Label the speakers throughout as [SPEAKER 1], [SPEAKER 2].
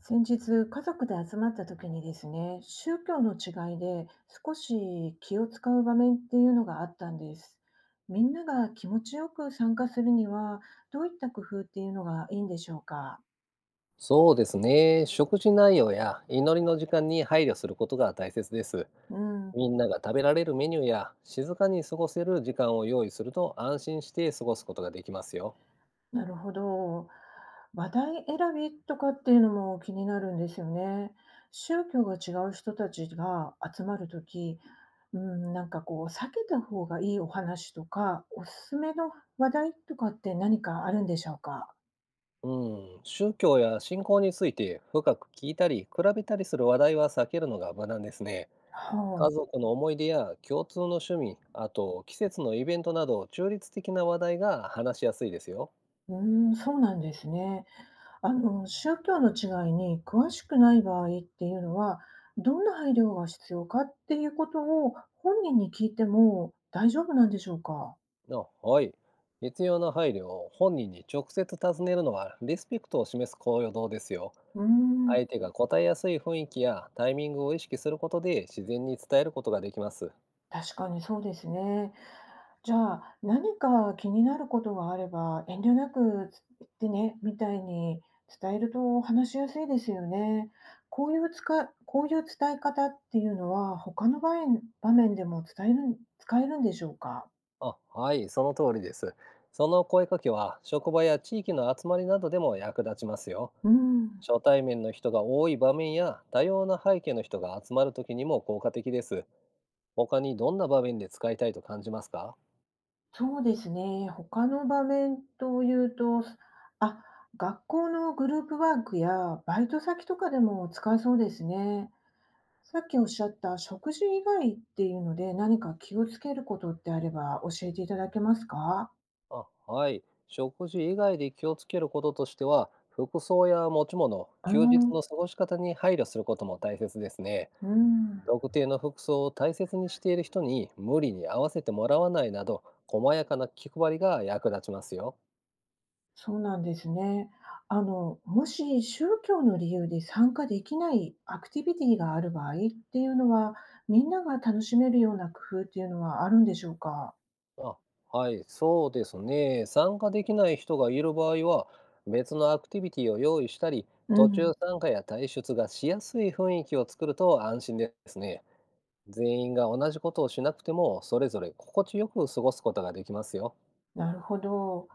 [SPEAKER 1] 先日、家族で集まった時にですね、宗教の違いで少し気を使う場面っていうのがあったんです。みんなが気持ちよく参加するには、どういった工夫っていうのがいいんでしょうか。
[SPEAKER 2] そうですね。食事内容や祈りの時間に配慮することが大切です。
[SPEAKER 1] うん。
[SPEAKER 2] みんなが食べられるメニューや静かに過ごせる時間を用意すると、安心して過ごすことができますよ。
[SPEAKER 1] なるほど。話題選びとかっていうのも気になるんですよね。宗教が違う人たちが集まる時、うん、こう避けた方がいいお話とか、おすすめの話題とかって何かあるんでしょうか。
[SPEAKER 2] うん、宗教や信仰について深く聞いたり比べたりする話題は避けるのが無難ですね。
[SPEAKER 1] はあ、
[SPEAKER 2] 家族の思い出や共通の趣味、あと季節のイベントなど、中立的な話題が話しやすいですよ。
[SPEAKER 1] うーん、そうなんですね。宗教の違いに詳しくない場合っていうのは、どんな配慮が必要かっていうことを本人に聞いても大丈夫なんでしょうか？
[SPEAKER 2] あ、はい。必要な配慮を本人に直接尋ねるのは、リスペクトを示す行動ですよ。
[SPEAKER 1] うーん、
[SPEAKER 2] 相手が答えやすい雰囲気やタイミングを意識することで、自然に伝えることができます。
[SPEAKER 1] 確かにそうですね。じゃあ、何か気になることがあれば、遠慮なくつ言ってね、みたいに伝えると話しやすいですよね。こういうつかこういう伝え方っていうのは、他の場面でも伝えるん使えるんでしょうか？
[SPEAKER 2] あ、はい、その通りです。その声かけは職場や地域の集まりなどでも役立ちますよ。
[SPEAKER 1] うん、
[SPEAKER 2] 初対面の人が多い場面や、多様な背景の人が集まる時にも効果的です。他にどんな場面で使いたいと感じますか？
[SPEAKER 1] そうですね。他の場面というと、あ、学校のグループワークやバイト先とかでも使えそうですね。さっきおっしゃった食事以外っていうので、何か気をつけることってあれば教えていただけますか？
[SPEAKER 2] あ、はい。食事以外で気をつけることとしては、服装や持ち物、
[SPEAKER 1] ああ、
[SPEAKER 2] 休日の過ごし方に配慮することも大切ですね。
[SPEAKER 1] うん、
[SPEAKER 2] 特定の服装を大切にしている人に無理に合わせてもらわないなど、細やかな気配りが役立ちますよ。
[SPEAKER 1] そうなんですね。もし宗教の理由で参加できないアクティビティがある場合っていうのは、みんなが楽しめるような工夫っていうのはあるんでしょうか？
[SPEAKER 2] あ、はい、そうですね。参加できない人がいる場合は、別のアクティビティを用意したり、
[SPEAKER 1] う
[SPEAKER 2] 途中
[SPEAKER 1] ん。
[SPEAKER 2] 参加や退出がしやすい雰囲気を作ると安心ですね。全員が同じことをしなくても、それぞれ心地よく過ごすことができますよ。
[SPEAKER 1] なるほど。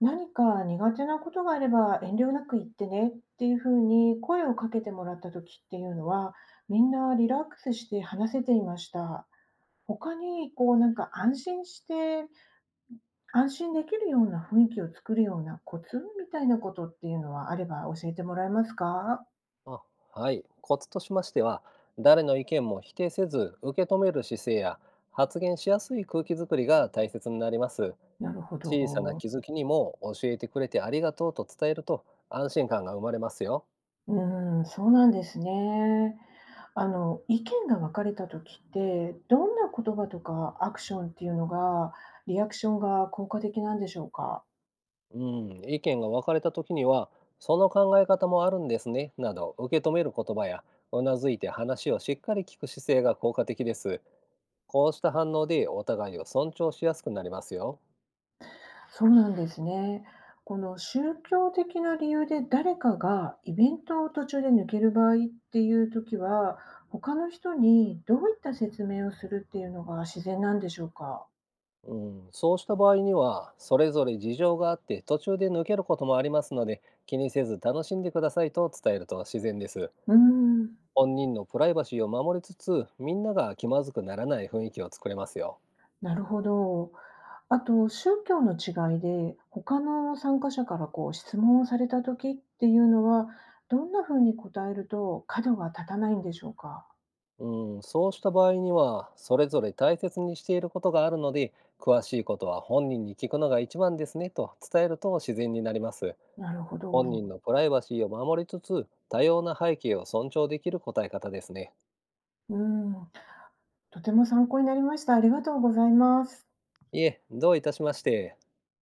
[SPEAKER 1] 何か苦手なことがあれば遠慮なく言ってねっていうふうに声をかけてもらった時っていうのは、みんなリラックスして話せていました。他にこう安心して、安心できるような雰囲気を作るようなコツみたいなことっていうのはあれば教えてもらえますか？
[SPEAKER 2] あ、はい。コツとしましては、誰の意見も否定せず、受け止める姿勢や、発言しやすい空気づくりが大切になります。
[SPEAKER 1] なるほ
[SPEAKER 2] 小さな
[SPEAKER 1] ど。
[SPEAKER 2] 気づきにも、教えてくれてありがとうと伝えると、安心感が生まれますよ。
[SPEAKER 1] うーん、そうなんですね。意見が分かれた時って、どんな言葉とかアクションっていうのが、リアクションが効果的なんでしょうか？
[SPEAKER 2] うん、意見が分かれた時には、その考え方もあるんですね、など受け止める言葉や、うなずいて話をしっかり聞く姿勢が効果的です。こうした反応で、お互いを尊重しやすくなりますよ。
[SPEAKER 1] そうなんですね。この宗教的な理由で誰かがイベントを途中で抜ける場合っていう時は、他の人にどういった説明をするっていうのが自然なんでしょうか？
[SPEAKER 2] うん、そうした場合には、それぞれ事情があって途中で抜けることもありますので、気にせず楽しんでくださいと伝えると自然です。
[SPEAKER 1] うーん、
[SPEAKER 2] 本人のプライバシーを守りつつ、みんなが気まずくならない雰囲気を作れますよ。
[SPEAKER 1] なるほど。あと、宗教の違いで、他の参加者からこう質問をされた時っていうのは、どんな風に答えると角が立たないんでしょうか？
[SPEAKER 2] うん、そうした場合には、それぞれ大切にしていることがあるので、詳しいことは本人に聞くのが一番ですねと伝えると自然になります。
[SPEAKER 1] なるほど。
[SPEAKER 2] 本人のプライバシーを守りつつ、多様な背景を尊重できる答え方ですね。
[SPEAKER 1] うん、とても参考になりました。ありがとうございます。
[SPEAKER 2] いえ、どういたしまして。